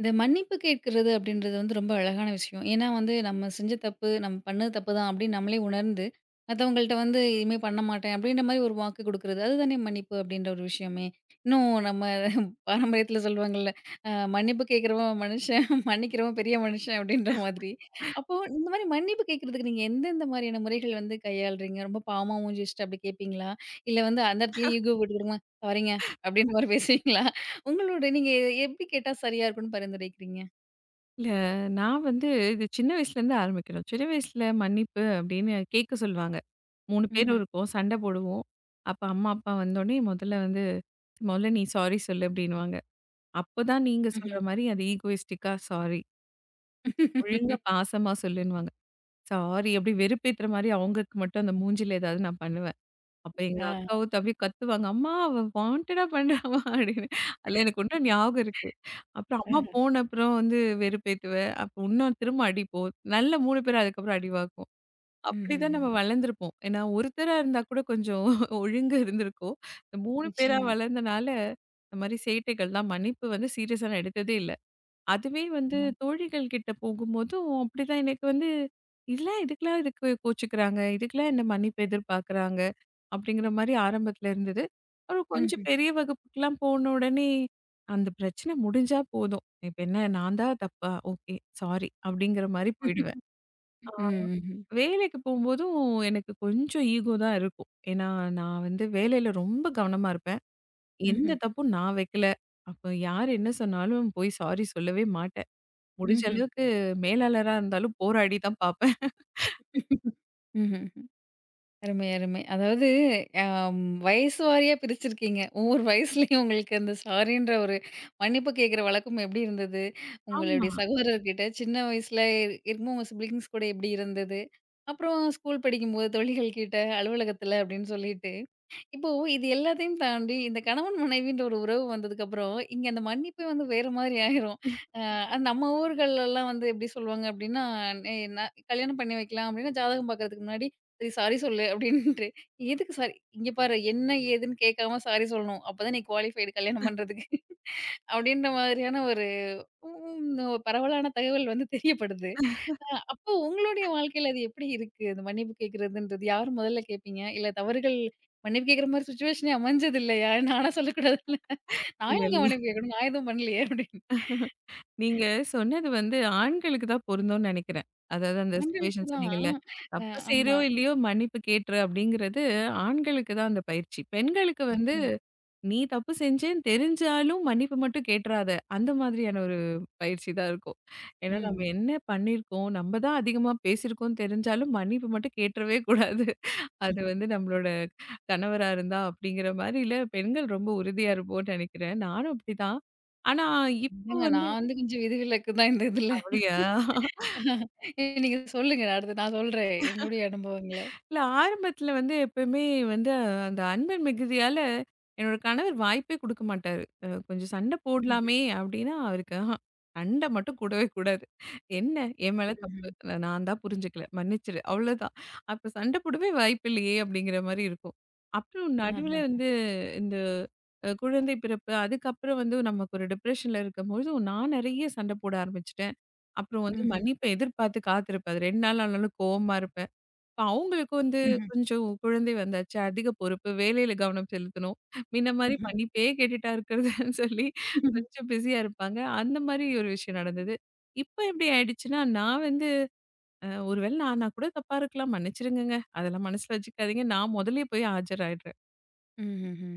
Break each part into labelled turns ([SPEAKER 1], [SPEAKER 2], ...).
[SPEAKER 1] இந்த மன்னிப்பு கேட்கிறது அப்படின்றது வந்து ரொம்ப அழகான விஷயம். ஏன்னா வந்து நம்ம செஞ்ச தப்பு, நம்ம பண்ணது தப்பு தான் அப்படின்னு நம்மளே உணர்ந்து, மத்தவங்கள்ட்ட வந்து இனிமே பண்ண மாட்டேன் அப்படின்ற மாரி ஒரு வாக்கு குடுக்குறது. அதுதானே மன்னிப்பு அப்படின்ற ஒரு விஷயமே. இன்னும் நம்ம பாரம்பரியத்துல சொல்லுவாங்கல்ல, அ மன்னிப்பு கேட்கிறவன் மனுஷன், மன்னிக்கிறவன் பெரிய மனுஷன் அப்படின்ற மாதிரி. அப்போ இந்த மாரி மன்னிப்பு கேட்கிறதுக்கு நீங்க எந்தெந்த மாரியான முறைகள் வந்து கையாளுறீங்க? ரொம்ப பாவமா மூஞ்சி வச்சுட்டு அப்படி கேட்பீங்களா? இல்ல வந்து அந்த இடத்துலயே ஈகோ விட்டுக்கிடுமா, சாரிங்க அப்படின்ற மாரி பேசுவீங்களா? உங்களோட நீங்க எப்படி கேட்டா சரியா இருக்கும்னு பரிந்துரைக்கிறீங்க?
[SPEAKER 2] இல்ல, நான் வந்து இது சின்ன வயசுலேருந்து ஆரம்பிக்கணும். சின்ன வயசுல மன்னிப்பு அப்படின்னு கேட்க சொல்லுவாங்க. 3 பேரும்
[SPEAKER 1] ம்ஹ்ம்,
[SPEAKER 2] இருக்கோம். சண்டை போடுவோம். அப்ப அம்மா, அப்பா வந்தோனே முதல்ல வந்து, "முதல்ல நீ சாரி சொல்லு" அப்படின்னுவாங்க. அப்பதான் நீங்க சொல்ற
[SPEAKER 1] ம்ஹ்ம்.
[SPEAKER 2] மாரி அது ஈகோயிஸ்டிக்கா சாரி. ஒழுங்கா பாசமா சொல்லுன்னுவாங்க. சாரி அப்படி வெறுப்பேத்துற மாரி அவங்களுக்கு மட்டும் அந்த மூஞ்சில ஏதாவது நான் பண்ணுவேன். அப்ப எங்க
[SPEAKER 1] ஆ,
[SPEAKER 2] அக்காவும் தம்பியும் கத்துவாங்க, "அம்மா அவ வாண்டடா பண்றாம்மா" அப்படின்னு. அதுல எனக்கு இன்னும் ஞாபகம் இருக்கு. அப்புறம் அம்மா
[SPEAKER 1] ஆஹா.
[SPEAKER 2] போன அப்புறம் வந்து வெறுப்பேத்துவ. அப்ப இன்னும் திரும்ப அடிப்போம். நல்ல 3 பேரும் அதுக்கப்புறம் அடி வாங்குவோம்.
[SPEAKER 1] ம்ஹ்ம்.
[SPEAKER 2] அப்படிதான் நம்ம வளர்ந்துருப்போம். ஏன்னா ஒருத்தரா இருந்தா கூட கொஞ்சம் ஒழுங்கு இருந்திருக்கும். இந்த 3 பேரா
[SPEAKER 1] நிச்சயமா.
[SPEAKER 2] வளர்ந்தனால, இந்த மாரி சேட்டைகள்லாம் மன்னிப்பு வந்து சீரியஸா நான் எடுத்ததே இல்ல. அதுவே வந்து
[SPEAKER 1] ஆ.
[SPEAKER 2] தோழிகள் கிட்ட போகும்போதும் அப்படிதான் எனக்கு வந்து இதுக்கெல்லாம் இதுக்கு கோச்சுக்கிறாங்க இதுக்கெல்லாம் என்ன மன்னிப்பு எதிர்பார்க்குறாங்க அப்படிங்கிற மாதிரி ஆரம்பத்துல இருந்தது. அப்புறம் கொஞ்சம்
[SPEAKER 1] ம்ஹ்ம்.
[SPEAKER 2] பெரிய வகுப்புக்கெல்லாம் போன உடனே அந்த பிரச்சனை முடிஞ்சா போதும். இப்போ என்ன நான் தான் தப்பா? ஓகே, சாரி அப்படிங்கிற மாதிரி போயிடுவேன்.
[SPEAKER 1] ம்,
[SPEAKER 2] ஆஹ்
[SPEAKER 1] ம்ஹ்ம்.
[SPEAKER 2] வேலைக்கு போகும்போதும் எனக்கு கொஞ்சம் ஈகோ தான் இருக்கும். ஏன்னா நான் வந்து வேலையில ரொம்ப கவனமா இருப்பேன். எந்த
[SPEAKER 1] ம்ஹ்ம்.
[SPEAKER 2] தப்பும் நான் வைக்கல. அப்போ யார் என்ன சொன்னாலும் போய் சாரி சொல்லவே மாட்டேன் முடிஞ்ச
[SPEAKER 1] ம்ஹ்ம்.
[SPEAKER 2] அளவுக்கு. மேலாளரா இருந்தாலும் போராடி தான் பார்ப்பேன்.
[SPEAKER 1] ம்ஹ்ம். அருமை, அருமை. அதாவது அம் வயசு வாரியா பிரிச்சிருக்கீங்க. ஒவ்வொரு வயசுலயும் உங்களுக்கு அந்த சாரின்ற ஒரு மன்னிப்பு கேட்கிற வழக்கம் எப்படி இருந்தது?
[SPEAKER 2] ஆமா.
[SPEAKER 1] உங்களுடைய சகோதரர்கிட்ட சின்ன வயசுல இருக்கும்போது உங்க சிப்லிங்ஸ் கூட எப்படி இருந்தது? அப்புறம் ஸ்கூல் படிக்கும்போது தோழிகள் கிட்ட, அலுவலகத்தில அப்படின்னு சொல்லிட்டு இப்போ இது எல்லாத்தையும் தாண்டி, இந்த கணவன் மனைவின்ற ஒரு உறவு வந்ததுக்கப்புறம், இங்க அந்த மன்னிப்பே வந்து வேற மாதிரி ஆயிரும். அ அது நம்ம ஊர்கள்லலாம் வந்து எப்படி சொல்லுவாங்க அப்படின்னா, "நே நா "கல்யாணம் பண்ணி வைக்கலாம் அப்படின்னா, ஜாதகம் பார்க்கறதுக்கு முன்னாடி, சரி சாரி சொல்லு" அப்படின்ட்டு. எதுக்கு சாரி? "இங்க பாரு என்ன ஏதுன்னு கேட்காம சாரி சொல்லணும். அப்பதான் நீ குவாலிஃபைடு கல்யாணம் பண்றதுக்கு" அப்படின்ற மாதிரியான ஒரு ம் ம் பரவலான தகவல் வந்து தெரியப்படுது. அ அப்போ உங்களுடைய வாழ்க்கையில அது எப்படி இருக்கு? அந்த மன்னிப்பு கேட்கிறதுன்றது யார் முதல்ல கேட்பீங்க? இல்ல தவறுகள் மன்னிப்பு கேட்கிற மாரி சிச்சுவேஷனே அமைஞ்சது இல்லையா? நானா சொல்லக்கூடாதுல்ல. நான்
[SPEAKER 2] இல்ல,
[SPEAKER 1] ஏங்க
[SPEAKER 2] இல்ல.
[SPEAKER 1] மன்னிப்பு கேட்கணும்? நான் எதுவும் பண்ணலையே அப்படின்னு.
[SPEAKER 2] நீங்க சொன்னது வந்து ஆண்களுக்கு தான் பொருந்தும்னு நெனைக்கிறேன். அதாவது அந்த
[SPEAKER 1] ஆண்களுக்கு
[SPEAKER 2] சிச்சுவேஷன்
[SPEAKER 1] தான்
[SPEAKER 2] சொன்னீங்கல்ல.
[SPEAKER 1] அ
[SPEAKER 2] தப்பு செய்றோ!
[SPEAKER 1] ஆமா.
[SPEAKER 2] இல்லையோ! மன்னிப்பு கேட்டுரு அப்படிங்கிறது ஆண்களுக்கு தான் அந்த பயிற்சி. பெண்களுக்கு வந்து
[SPEAKER 1] நிச்சயமா.
[SPEAKER 2] நீ தப்பு செஞ்சேன்னு தெரிஞ்சாலும் மன்னிப்பு மட்டும் கேட்டுறாத. அந்த மாதிரியான ஒரு பயிற்சி தான் இருக்கும். ஏன்னா நம்ம
[SPEAKER 1] ம்.
[SPEAKER 2] என்ன பண்ணியிருக்கோம்? நம்ம தான் அதிகமா பேசியிருக்கோம்னு தெரிஞ்சாலும் மன்னிப்பு மட்டும் கேட்டுறவே கூடாது. அது வந்து நம்மளோட கணவரா இருந்தா அப்படிங்கிற மாரில பெண்கள் ரொம்ப உறுதியா இருப்போம்னு நினைக்கிறேன். நானும் அப்படிதான். ஆனா இப்போ
[SPEAKER 1] ஏங்க
[SPEAKER 2] வந்து
[SPEAKER 1] நான் வந்து கொஞ்சம் விதிவிலக்கு தான் இந்த இதுல.
[SPEAKER 2] அப்படியா?
[SPEAKER 1] ஏய், நீங்க சொல்லுங்க. நான் அடுத்து நான் சொல்றேன் என்னுடைய அனுபவங்கள.
[SPEAKER 2] இல்ல ஆரம்பத்துல வந்து எப்பயுமே வந்து அந்த அன்பின் மிகுதியால என்னோட கணவர் வாய்ப்பே குடுக்க மாட்டாரு. கொஞ்சம் சண்டை
[SPEAKER 1] ம்ஹ்ம்.
[SPEAKER 2] போடலாமே அப்படின்னா அவருக்கு ஆஹா சண்டை மட்டும் கூடவே கூடாது. என்ன என் மேல தப்பு.
[SPEAKER 1] ம்ஹ்ம்.
[SPEAKER 2] நான் நான் தான் புரிஞ்சுக்கல. மன்னிச்சிடு. அவ்வளவுதான். அப்ப சண்டை போடவே வாய்ப்பில்லையே அப்படிங்கிற மாரி இருக்கும். அப்புறம் நடுவுல
[SPEAKER 1] ஆஹ.
[SPEAKER 2] வந்து இந்த குழந்தை பிறப்பு அதுக்கப்புறம் வந்து நமக்கு ஒரு டிப்ரஷன்ல இருக்கும்பொழுது நான் நெறைய சண்டை போட ஆரம்பிச்சுட்டேன். அப்புறம் வந்து
[SPEAKER 1] ம்ஹ்ம்.
[SPEAKER 2] மன்னிப்பை எதிர்பார்த்து காத்திருப்பேன். அது 2 நாள் ஆனாலும் கோவமா இருப்பேன். அவங்களுக்கு வந்து ம்.
[SPEAKER 1] ம்ஹ்ம்.
[SPEAKER 2] கொஞ்சம் குழந்தை வந்தாச்சு. அதிக பொறுப்பு. வேலையில கவனம் செலுத்தணும். முன்ன மாரி
[SPEAKER 1] ம்ஹ்ம்.
[SPEAKER 2] பண்ணிட்டே கேட்டுட்டா இருக்கிறதுன்னு சொல்லி
[SPEAKER 1] ம்ஹ்ம்.
[SPEAKER 2] கொஞ்சம் பிஸியா இருப்பாங்க. அந்த மாரி ஒரு விஷயம் நடந்தது. இப்ப எப்படி ஆயிடுச்சுன்னா, நான் வந்து ஒரு வேளை நானா கூட தப்பா இருக்கலாம். மன்னிச்சிடுங்கங்க. அதெல்லாம் மனசுல வச்சுக்காதீங்க. நான் முதல்லயே போய் ஆஜராயிடுறேன்.
[SPEAKER 1] ம்ஹ்ம்.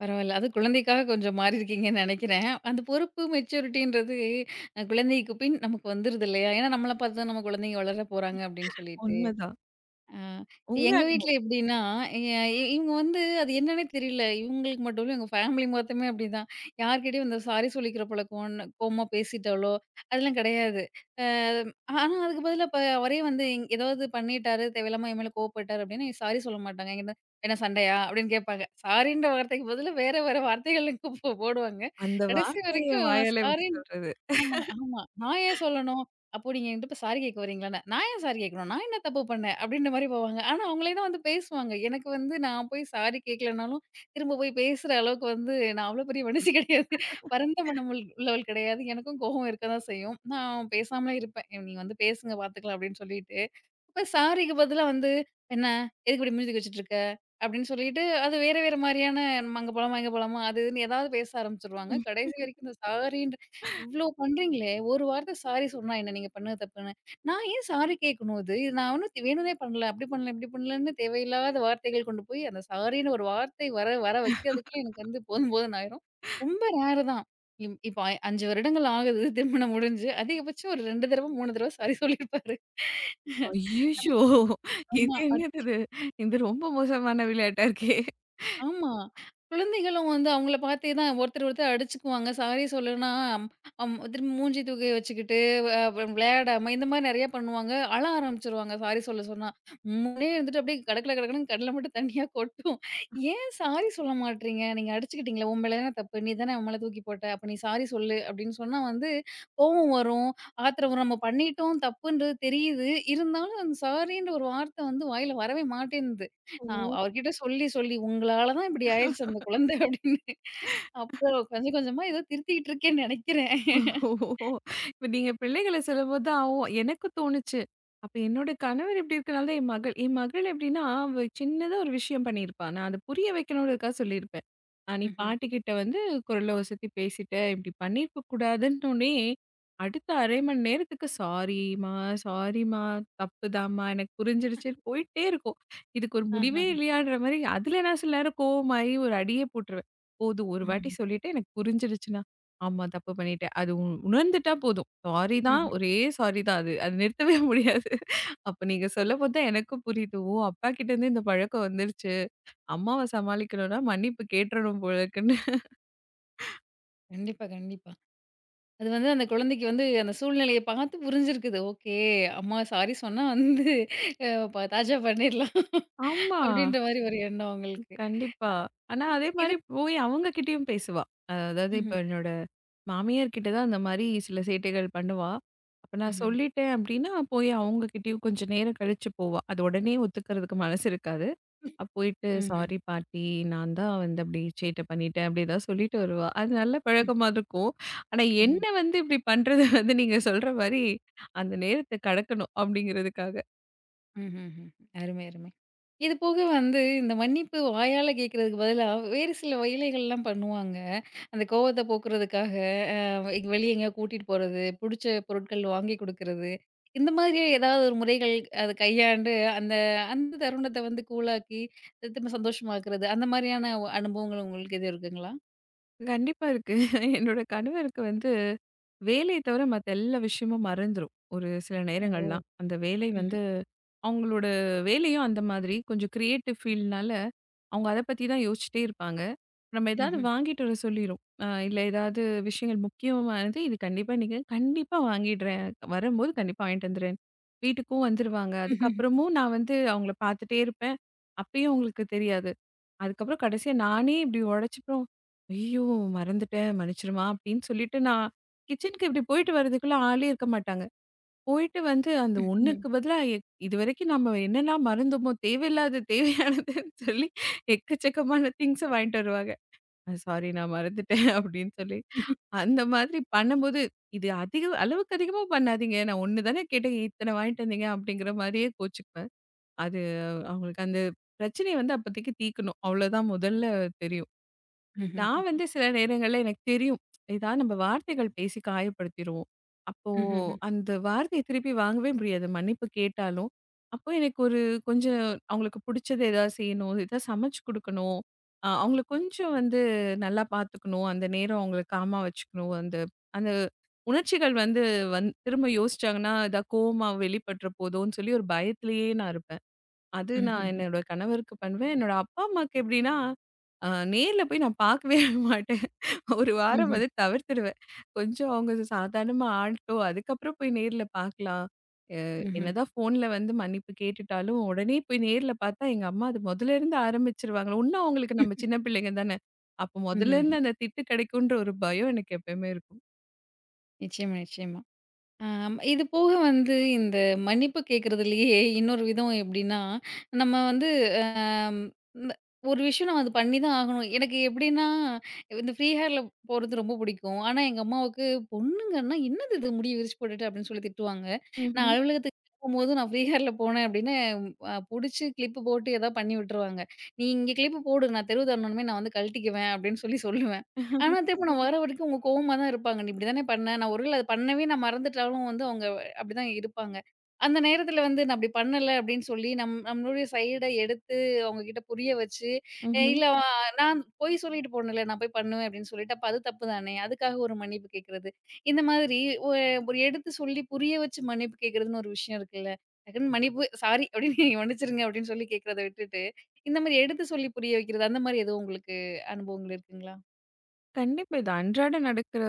[SPEAKER 1] பரவால்ல. அதுவும் குழந்தைக்காக கொஞ்சம் மாறியிருக்கீங்கன்னு நெனைக்கிறேன். அந்த பொறுப்பு மெச்சூரிட்டின்றது அ குழந்தைக்கு பின் நமக்கு வந்துருது இல்லையா? ஏன்னா நம்மள பார்த்து தான் நம்ம குழந்தைங்க வளர போறாங்க அப்படின்னு சொல்லிட்டு.
[SPEAKER 2] உண்மதான்.
[SPEAKER 1] ஆ.
[SPEAKER 2] உங்க
[SPEAKER 1] எங்க வீட்ல எப்படின்னா, எ இவங்க வந்து அது என்னன்னே தெரியல. இவங்களுக்கு மட்டும் இல்ல, எங்க ஃபேமிலி மொத்தமே அப்படிதான். யார்கிட்டயும் இந்த சாரி சொல்லிக்கிற பழக்கம், கோவமா பேசிட்டாலோ அதெல்லாம் கிடையாது. அ ஆனா அதுக்கு பதிலா இப்ப அவரே வந்து இங்க ஏதாவது பண்ணிட்டாரு, தேவையில்லாம என் மேல கோவப்பட்டாரு அப்படின்னா, சாரி சொல்ல மாட்டாங்க. என்கிட்ட "என்ன சண்டையா?" அப்படின்னு கேட்பாங்க. சாரின்ற வார்த்தைக்கு பதிலா வேற வேற வார்த்தைகள் கூ போடுவாங்க.
[SPEAKER 2] அந்த
[SPEAKER 1] கடைசி
[SPEAKER 2] வார்த்தைய என்
[SPEAKER 1] வரைக்கும்
[SPEAKER 2] வாயால எப்படி
[SPEAKER 1] சாரி
[SPEAKER 2] சொல்றது?
[SPEAKER 1] ஆமா, ஆமா. நான் ஏன் சொல்லணும்? அப்போ நீங்க என்கிட்ட இப்ப சாரி கேட்க வரீங்களான்னு, நான் ஏன் சாரி கேட்கணும்? நான் என்ன தப்பு பண்ணேன்? அப்படின்ற மாரி போவாங்க. ஆனா, அவங்களே தான் வந்து பேசுவாங்க. எனக்கு வந்து நான் போய் சாரி கேட்கலனாலும், திரும்ப போய் பேசுற அளவுக்கு வந்து நான் அவ்வளோ பெரிய மனுஷி கிடையாது. பரந்த மனம் உள்ளவள் கிடையாது. எனக்கும் கோவம் இருக்க தான் செய்யும். நான் பேசாமலே இருப்பேன். "ஏய், "நீங்க வந்து பேசுங்க பார்த்துக்கலாம்" அப்படின்னு சொல்லிட்டு, இப்ப சாரிக்கு பதிலா வந்து, "என்ன? எதுக்கு இப்படி மூஞ்சி தூக்கி வச்சுட்டு இருக்க?" அப்படின்னு சொல்லிட்டு, அது வேற வேற மாரியான, "நம்ம அங்க போலாமா, இங்க போலாமா?" அது இதுன்னு ஏதாவது பேச ஆரம்பிச்சுருவாங்க. கடைசி வரைக்கும் இந்த சாரின்ற இவ்ளோ பண்றீங்களே! ஒரு வார்த்த சாரி சொன்னா என்ன? நீங்க பண்ணது தப்புன்னு. நான் ஏன் சாரி கேட்கணும் இது? இது நான் ஒண்ணும் வேணும்னே பண்ணல. அப்படி பண்ணல, இப்படி பண்ணலன்னு தேவையில்லாத வார்த்தைகள் கொண்டு போய் அந்த சாரின்னு ஒரு வார்த்தை வர வர வைக்கிறதுக்குள்ள எனக்கு வந்து போதும்ன்னு ஆயிரும். ரொம்ப ரேர் தான். இம் இப்ப 5 வருடங்கள் ஆகுது திருமணம் முடிஞ்சு. அதிகபட்சம் ஒரு 2 தடவ, 3 தடவ சாரி சொல்லியிருப்பாரு.
[SPEAKER 2] ஐய்யயோ!
[SPEAKER 1] அதுக்கு ஆமா.
[SPEAKER 2] இது
[SPEAKER 1] அது
[SPEAKER 2] என்னது இது? இது ரொம்ப மோசமான விளையாட்டா இருக்கே!
[SPEAKER 1] ஆமா. குழந்தைகளும் வந்து அவங்கள பார்த்தே தான் ஒருத்தர் ஒருத்தர் அடிச்சுக்குவாங்க. சாரி சொல்லனா, அம் திரும்பி மூஞ்சி தூக்கி வச்சுக்கிட்டு, அ அப்புறம் விளையாடாம இந்த மாரி நெறைய பண்ணுவாங்க. அழ ஆரம்பிச்சுருவாங்க சாரி சொல்ல சொன்னா. முன்னே இருந்துட்டு அப்படியே கடகட கடகடன்னு கண்ல மட்டும் தண்ணியா கொட்டும். "ஏன் சாரி சொல்ல மாட்றீங்க? நீங்க அடிச்சுக்கிட்டீங்களே, உன் மேல தான தப்பு. நீ தானே அவன் மேல தூக்கி போட்ட. அப்ப நீ சாரி சொல்லு." அப்படின்னு சொன்னா வந்து கோவம் வரும், ஆத்திரம் வரும். நம்ம பண்ணிட்டோம், தப்புன்றது தெரியுது. இருந்தாலும் அந்த சாரின்ற ஒரு வார்த்தை வந்து வாயில வரவே மாட்டேன்து. ஆ
[SPEAKER 2] ஓ!
[SPEAKER 1] அவர்கிட்ட சொல்லி சொல்லி "உங்களால தான் இப்படி ஆயிருச்சு அந்த குழந்தை" அப்படின்னு. அப்புறம் கொஞ்சமா ஏதோ திருத்திக்கிட்டு இருக்கேன்னு நெனைக்கிறேன்.
[SPEAKER 2] ஓ! இப்ப நீங்க பிள்ளைகள சொல்லும்போது தான் ஓ எனக்கும் தோணுச்சு. அப்ப என்னோட கணவர் இப்டி இருக்கனால தான் என் மகள் எப்டின்னா, அவ சின்னதா ஒரு விஷயம் பண்ணியிருப்பா. நான் அத புரிய வைக்கணும்ன்றதுக்காக சொல்லியிருப்பேன். "நீ
[SPEAKER 1] ம்ஹ்ம்.
[SPEAKER 2] பாட்டிக்கிட்ட வந்து குரல உசத்தி பேசிட்ட, இப்டி பண்ணியிருக்க கூடாதுன்னோனே." அடுத்த 1/2 மணி நேரத்துக்கு "சாரிம்மா, சாரிம்மா, தப்புதாம்மா எனக்கு புரிஞ்சிடுச்சு" போயிட்டே இருக்கும். இதுக்கு ஒரு
[SPEAKER 1] ஆஹா.
[SPEAKER 2] முடிவே இல்லையான்ற மாரி, அதுல நான் சில நேரம் கோவமாயி ஒரு அடியே போட்டுருவேன். "போதும் ஒரு
[SPEAKER 1] ம்ஹ்ம்.
[SPEAKER 2] வாட்டி சொல்லிட்டேன் எனக்கு புரிஞ்சிடுச்சுண்ணா." ஆமா. தப்பு பண்ணிட்டேன். அது உணர்ந்துட்டா போதும். சாரி தான்,
[SPEAKER 1] ம்ஹ்ம்.
[SPEAKER 2] சாரி தான் அது. அது நிறுத்தவே முடியாது. அப்ப நீங்க சொல்லம்போது தான் எனக்கும் புரியுது. ஓ! அப்பா கிட்ட இருந்து இந்த பழக்கம் வந்துருச்சு. அம்மாவ சமாளிக்கணும்னா மன்னிப்பு கேட்டுறணும் போல இருக்குன்னு.
[SPEAKER 1] கண்டிப்பா, கண்டிப்பா. அது வந்து அந்த குழந்தைக்கு வந்து அந்த சூழ்நிலைய பார்த்து புரிஞ்சிருக்குது. ஓகே அம்மா சாரி சொன்னா வந்து அ ப தாஜா பண்ணிரலாம்
[SPEAKER 2] ஆமா.
[SPEAKER 1] அப்படின்ற மாரி ஒரு எண்ணம் உங்களுக்கு.
[SPEAKER 2] கண்டிப்பா. ஆனா அதே
[SPEAKER 1] இது
[SPEAKER 2] மாரி போய் அவங்க கிட்டயும் பேசுவா. அதாவது இப்ப
[SPEAKER 1] ம்ஹ்ம்.
[SPEAKER 2] என்னோட மாமியார் கிட்ட தான் அந்த மாரி சில சேட்டைகள் பண்ணுவா. அப்ப நான்
[SPEAKER 1] ம்ஹ்ம்.
[SPEAKER 2] சொல்லிட்டேன் அப்டின்னா, போய் அவங்க கிட்டயும் கொஞ்சம் நேரம் கழிச்சு போவா. அது உடனே ஒத்துக்கிறதுக்கு மனசு இருக்காது. போயிட்டு
[SPEAKER 1] ம்ஹ்ம்.
[SPEAKER 2] சாரி பாட்டி நான் தான் வந்து அப்படி சேட்டை பண்ணிட்டேன். அப்படி ஏதாவது சொல்லிட்டு வருவா. அது நல்ல
[SPEAKER 1] ம்.
[SPEAKER 2] பழக்கமா இருக்கும். ஆனா
[SPEAKER 1] ம்ஹ்ம்.
[SPEAKER 2] என்ன வந்து இப்படி பண்றது வந்து நீங்க சொல்ற மாரி அந்த நேரத்த கடக்கணும் அப்படிங்கிறதுக்காக.
[SPEAKER 1] ம்ஹ்ம்ஹ்ம். அருமை, அருமை. இது போக வந்து இந்த மன்னிப்பு வாயால கேட்கறதுக்கு பதிலா வேறு சில வயலைகள்லாம் பண்ணுவாங்க. அந்த கோவத்த போக்குறதுக்காக, எங்க வெளிய எங்கேயா கூட்டிட்டு போறது, புடிச்ச பொருட்கள் வாங்கி குடுக்குறது. இந்த மாதிரியே ஏதாவது ஒரு முறைகள் அத கையாண்டு, அந்த அந்த தருணத்த வந்து கூலாக்கி, திரும்ப சந்தோஷமாக்குறது. அந்த மாரியான ஒ அனுபவங்கள் உங்களுக்கு எதுவும் இருக்குங்களா?
[SPEAKER 2] கண்டிப்பா இருக்கு. என்னோட கணவருக்கு வந்து வேலைய தவிர மத்த எல்லா விஷயமும் மறந்துரும். ஒரு சில
[SPEAKER 1] ஓ!
[SPEAKER 2] நேரங்கள்லாம். அந்த வேலை
[SPEAKER 1] ம்ஹ்ம்.
[SPEAKER 2] வந்து அவங்களோட வேலையும் அந்த மாதிரி. கொஞ்சம் கிரியேட்டிவ் ஃபீல்ட்னால, அவங்க அத பத்தி தான் யோசிச்சுட்டே இருப்பாங்க. நம்ம ஏதாவது
[SPEAKER 1] ம்ஹ்ம்.
[SPEAKER 2] வாங்கிட்டு வர சொல்லிருவோம். இல்ல ஏதாவது விஷயங்கள் முக்கியமானது, இது கண்டிப்பா நீங்க கண்டிப்பா வாங்கிடுறேன். வரும்போது கண்டிப்பா வாங்கிட்டு வந்துடுறேன். வீட்டுக்கும் வந்துருவாங்க.
[SPEAKER 1] ம்ஹ்ம்.
[SPEAKER 2] அதுக்கப்புறமும் நான் வந்து அவங்கள பார்த்துட்டே இருப்பேன். அப்பயும் அவங்களுக்கு தெரியாது. அதுக்கப்புறம் கடைசியா நானே இப்படி உழைச்சப்புறம், "ஐயோ! மறந்துட்டேன் மன்னிச்சிருமா" அப்படின்னு சொல்லிட்டு நான் கிச்சனுக்கு இப்படி போயிட்டு வரதுக்குள்ள ஆளே இருக்க மாட்டாங்க. போயிட்டு வந்து அந்த
[SPEAKER 1] ம்ஹ்ம்.
[SPEAKER 2] 1க்கு பதிலா இதுவரைக்கும் நம்ம என்னலாம் மறந்தோமோ, தேவையில்லாத தேவையானதுன்னு சொல்லி எக்கச்சக்கமான திங்ஸ வாங்கிட்டு வருவாங்க. சாரி நான் மறந்துட்டேன் அப்படின்னு சொல்லி.
[SPEAKER 1] ம்ஹ்ம்.
[SPEAKER 2] அந்த மாதிரி பண்ணும்போது, இது அதிக அளவுக்கு அதிகமா பண்ணாதீங்க. நான் 1 தானே கேட்டேன். இத்தனை வாங்கிட்டு வந்தீங்க அப்படிங்கிற மாரியே கோச்சுக்குவேன். அது அவங்களுக்கு அந்த பிரச்சனைய வந்து அப்போதைக்கு தீர்க்கணும். அவ்வளோதான் முதல்ல தெரியும்.
[SPEAKER 1] ம்ஹ்ம்.
[SPEAKER 2] நான் வந்து சில நேரங்கள்ல எனக்கு தெரியும். ஏதாவது நம்ம வார்த்தைகள் பேசி காயப்படுத்திருவோம். அப்போ
[SPEAKER 1] ம்ஹ்ம்.
[SPEAKER 2] அந்த வார்த்தைய திருப்பி வாங்கவே முடியாது. மன்னிப்பு கேட்டாலும். அப்போ எனக்கு ஒரு கொஞ்சம் அவங்களுக்கு பிடிச்சது ஏதாவது செய்யணும். ஏதாவது சமைச்சு குடுக்கணும். அவங்கள கொஞ்சம் வந்து நல்லா பார்த்துக்கணும். அந்த நேரம் அவங்கள காமா வச்சுக்கணும். அந்த அந்த உணர்ச்சிகள் வந்து திரும்ப யோசிச்சாங்கன்னா, இதா கோவமா வெளிப்பட்டுற போதோன்னு சொல்லி ஒரு பயத்திலேயே நான் இருப்பேன். அது நான்
[SPEAKER 1] ம்ஹ்ம்.
[SPEAKER 2] என்னோட கணவருக்கு பண்ணுவேன். என்னோட அப்பா, அம்மாக்கு எப்படின்னா, அ நேர்ல போய் நான் பார்க்கவே மாட்டேன். ஒரு வாரம்
[SPEAKER 1] ம்ஹ்ம்.
[SPEAKER 2] வந்து தவிர்த்துடுவேன். கொஞ்சம் அவங்க சாதாரணமா ஆளட்டும். அதுக்கப்புறம் போய் நேர்ல பார்க்கலாம். அ
[SPEAKER 1] ம்ஹ்ம்.
[SPEAKER 2] என்னதான் ஃபோன்ல வந்து மன்னிப்பு கேட்டுட்டாலும், உடனே போய் நேர்ல பார்த்தா, எங்க அம்மா அது முதல்லருந்து ஆரம்பிச்சுருவாங்க. இன்னும் அவங்களுக்கு நம்ம சின்ன பிள்ளைங்க தானே. அப்போ
[SPEAKER 1] ம்ஹ்ம்.
[SPEAKER 2] முதல்லருந்து அந்த திட்டு கிடைக்குன்ற ஒரு பயம் எனக்கு எப்பயுமே இருக்கும்.
[SPEAKER 1] நிச்சயமா, நிச்சயமா. ஆம். இது போக வந்து இந்த மன்னிப்பு கேட்கறதுலயே இன்னொரு விதம் எப்படின்னா, நம்ம வந்து அம் இந்த ஒரு விஷயம் நம்ம அது பண்ணி தான் ஆகணும். எனக்கு எப்படின்னா, இந்த ஃப்ரீ ஹேர்ல போறது ரொம்ப பிடிக்கும். ஆனா, எங்க அம்மாவுக்கு பொண்ணுங்கன்னா, "என்னது இது முடிய விரிச்சு போட்டுட்டு" அப்படின்னு சொல்லி திட்டுவாங்க. நான்
[SPEAKER 2] ம்ஹ்ம்.
[SPEAKER 1] அலுவலகத்துக்கு போகும்போது நான் ஃப்ரீ ஹேர்ல போனேன் அப்படின்னு அ புடிச்சு கிளிப்பு போட்டு ஏதாவது பண்ணி விட்டுருவாங்க. "நீ இங்க கிளிப்பு போடு நான் தெருவு தாண்டணுமே நான் வந்து கழட்டிக்குவேன்" அப்படின்னு சொல்லுவேன். ஆனா, திரும்ப நான் வர வரைக்கும் அவங்க கோவமா தான் இருப்பாங்க. "நீ இப்படி தானே பண்ண." நான் ஒருவேள அத பண்ணவே நான் மறந்துட்டாலும் வந்து அவங்க அப்படிதான் இருப்பாங்க. அந்த நேரத்துல வந்து நான் அப்படி பண்ணல அப்படின்னு சொல்லி நம்மளுடைய சைட எடுத்து அவங்க கிட்ட புரிய வச்சு, அ
[SPEAKER 2] ம்ஹ்ம்.
[SPEAKER 1] இல்ல அ நான் பொய் சொல்லிட்டு போனேன்ல, நான் போய் பண்ணுவேன் அப்படின்னு சொல்லிட்டு, அப்ப அது தப்பு தானே. அதுக்காக ஒரு மன்னிப்பு கேட்கறது. இந்த மாதிரி ஒ ஒரு எடுத்து சொல்லி புரிய வச்சு மன்னிப்பு கேட்கறதுன்னு ஒரு விஷயம் இருக்குல்ல. டக்குன்னு மன்னிப்பு சாரி அப்படின்னு மன்னிச்சுருங்க அப்படின்னு சொல்லி கேட்கறத விட்டுட்டு, இந்த மாரி எடுத்து சொல்லி புரிய வைக்கிறது, அந்த மாரி எதுவும் உங்களுக்கு அனுபவங்கள் இருக்குங்களா?
[SPEAKER 2] கண்டிப்பா. இது அன்றாடம் நடக்கிற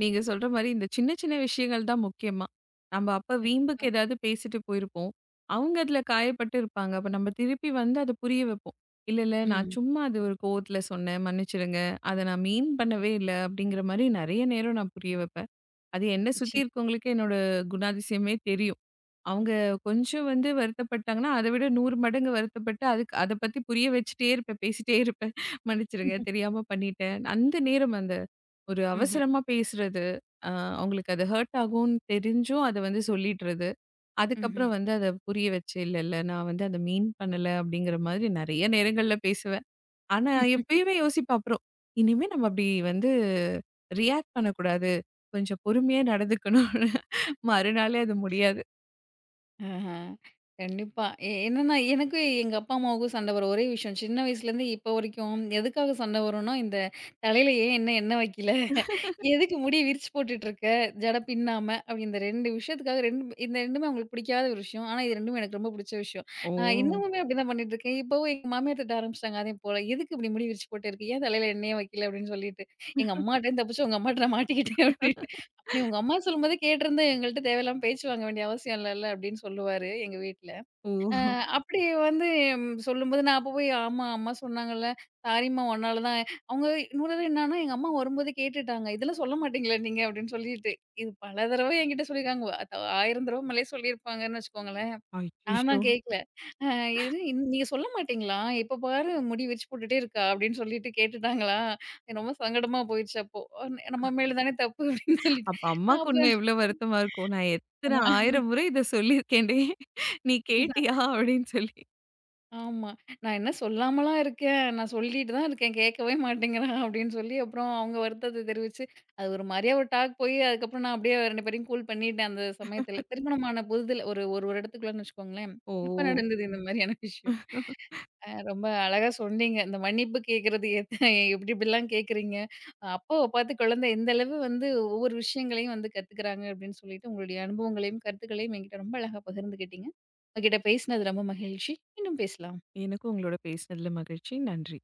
[SPEAKER 2] நீங்க சொல்ற மாரி இந்த சின்ன சின்ன விஷயங்கள் தான் முக்கியமா. நம்ம அப்ப வீம்புக்கு ஏதாவது பேசிட்டு போயிருப்போம். அவங்க அதுல காயப்பட்டு இருப்பாங்க. அப்ப நம்ம திருப்பி வந்து அத புரிய வைப்போம். இல்ல, இல்ல நான்
[SPEAKER 1] ம்.
[SPEAKER 2] சும்மா அது ஒரு கோவத்துல சொன்னேன். மன்னிச்சிடுங்க. அத நான் மீன் பண்ணவே இல்ல அப்படிங்கிற மாரி நெறைய நேரம் நான் புரிய வைப்பேன். அது என்ன சுத்தி
[SPEAKER 1] நிச்சயம்.
[SPEAKER 2] இருக்கவங்களுக்கு என்னோட குணாதிசயமே தெரியும். அவங்க கொஞ்சம் வந்து வருத்தப்பட்டாங்கன்னா, அத விட 100 மடங்கு வருத்தப்பட்டு அதுக்கு அத பத்தி புரிய வச்சுட்டே இருப்பேன். பேசிட்டே இருப்பேன். மன்னிச்சிடுங்க தெரியாம பண்ணிட்டேன். அந்த நேரம் அந்த ஒரு
[SPEAKER 1] ம்ஹ்ம்.
[SPEAKER 2] அவசரமா பேசுறது, அ அவங்களுக்கு அது ஹர்ட் ஆகும்னு தெரிஞ்சும் அத வந்து சொல்லிட்றது.
[SPEAKER 1] ம்ஹ்ம்.
[SPEAKER 2] அதுக்கப்புறம் வந்து அத புரிய வச்சு, "இல்ல, இல்ல நான் வந்து அத மீன் பண்ணல" அப்படிங்கிற மாதிரி நெறைய நேரங்கள்ல பேசுவேன். ஆனா எப்பயுமே யோசிப்பேன் அப்புறம், "இனிமே நம்ம அப்படி வந்து ரியாக்ட் பண்ணக்கூடாது. கொஞ்சம் பொறுமையா நடந்துக்கணும்னு" மறுநாளே அது முடியாது.
[SPEAKER 1] ஆஹா. கண்டிப்பா. எ என்னன்னா, எனக்கும் எங்க அப்பா, அம்மாவுக்கும் சண்டை வரும். ஒரே விஷயம். சின்ன வயசுலேருந்து இப்போ வரைக்கும் எதுக்காக சண்டை வரும்னா, இந்த தலையில ஏன் இன்னும் எண்ணெய் வைக்கல? எதுக்கு முடிய விரிச்சு போட்டுட்ருக்க? ஜட பின்னாம. அப்படி இந்த 2 விஷயத்துக்காக 2 இந்த 2மே அவங்களுக்கு பிடிக்காத ஒரு விஷயம். ஆனா, இது 2மே எனக்கு ரொம்ப பிடிச்ச விஷயம்.
[SPEAKER 2] ஓ!
[SPEAKER 1] நான் இன்னமுமே அப்படிதான் பண்ணிட்டுருக்கேன். இப்பவும் எங்க மாமியார் திட்ட ஆரம்பிச்சுட்டாங்க அதே போல. "எதுக்கு இப்படி முடி விரிச்சு போட்டு இருக்க? ஏன் தலையில எண்ணெயே வைக்கல?" அப்படின்னு சொல்லிட்டு. "எங்க அம்மாட்டேருந்து தப்பிச்சு உங்க அம்மாட்ட நான் மாட்டிக்கிட்டேன்" அப்படின்னு. அப்படி உங்க அம்மா சொல்லும்போதே கேட்டிருந்தா எங்கள்ட்ட தேவையில்லாம பேச்சு வாங்க வேண்டிய அவசியம் இல்லல்ல அப்படின்னு சொல்லுவாரு எங்க வீட்ல. அ
[SPEAKER 2] ஓ!
[SPEAKER 1] அப்படி வந்து ம் சொல்லும்போது நான் அப்ப போய் ஆமா அம்மா சொன்னாங்கல்ல, சாரிம்மா உன்னால தான் அவங்க இன்னொரு தடவ என்னான்னா, எங்க அம்மா வரும்போது கேட்டுட்டாங்க. இதெல்லாம் சொல்ல மாட்டீங்களா நீங்க அப்படின்னு சொல்லிட்டு. இது பல தடவை என்கிட்ட சொல்லியிருக்காங்க. அ த 1000 தடவ மேலயே சொல்லியிருப்பாங்கன்னு வச்சுக்கோங்களேன். நான்
[SPEAKER 2] அய்யய்யோ!
[SPEAKER 1] தான் கேட்கல. அ இது நீங்க சொல்ல மாட்டீங்களா? இப்ப பாரு முடி விரிச்சு போட்டுட்டே இருக்கா அப்படின்னு சொல்லிட்டு கேட்டுட்டாங்களா? எனக்கு ரொம்ப சங்கடமா போயிடுச்சு அப்போ. நம்ம மேல தானே தப்பு அப்படின்னு சொல்லிட்டு.
[SPEAKER 2] அப்ப அம்மாக்கு
[SPEAKER 1] அப்ப
[SPEAKER 2] இன்னும் எவ்ளோ வருத்தமா இருக்கும். "நான் எத்தன
[SPEAKER 1] ஆமா,
[SPEAKER 2] 1000 முறை இத சொல்லியிருக்கேன்டி, நீ கேட்டியா?" அப்படின்னு சொல்லி.
[SPEAKER 1] ஆமா. நான் என்ன சொல்லாமலாம் இருக்கேன். நான் சொல்லிட்டு தான் இருக்கேன். கேட்கவே மாட்டேங்கிறான் அப்படின்னு சொல்லி, அப்புறம் அவங்க வருத்தத்த தெரிவிச்சு, அது ஒரு மாரியா ஒரு டாக் போய், அதுக்கப்புறம் நான் அப்படியே 2 பேரையும் கூல் பண்ணிட்டேன் அந்த சமயத்துல. திருமணமான புதிதுல ஒரு ஒரு வருடத்துக்குள்ளன்னு வச்சுக்கோங்களேன்.
[SPEAKER 2] ஓ!
[SPEAKER 1] அப்ப நடந்தது இந்த மாரியான விஷயம். அ ரொம்ப அழகா சொன்னீங்க. இந்த மன்னிப்பு கேட்கறது எப்படி இப்படிலாம் கேட்குறீங்க. அப்பாவ பார்த்து குழந்தை எந்த அளவு வந்து ஒவ்வொரு விஷயங்களையும் வந்து கத்துக்கிறாங்க அப்படின்னு சொல்லிட்டு, உங்களுடைய அனுபவங்களையும், கருத்துக்களையும் என்கிட்ட ரொம்ப அழகா பகிர்ந்துக்கிட்டீங்க. உங்ககிட்ட பேசினது ரொம்ப மகிழ்ச்சி. மீண்டும் பேசலாம்.
[SPEAKER 2] எனக்கும் உங்களோட பேசினதுல மகிழ்ச்சி. நன்றி.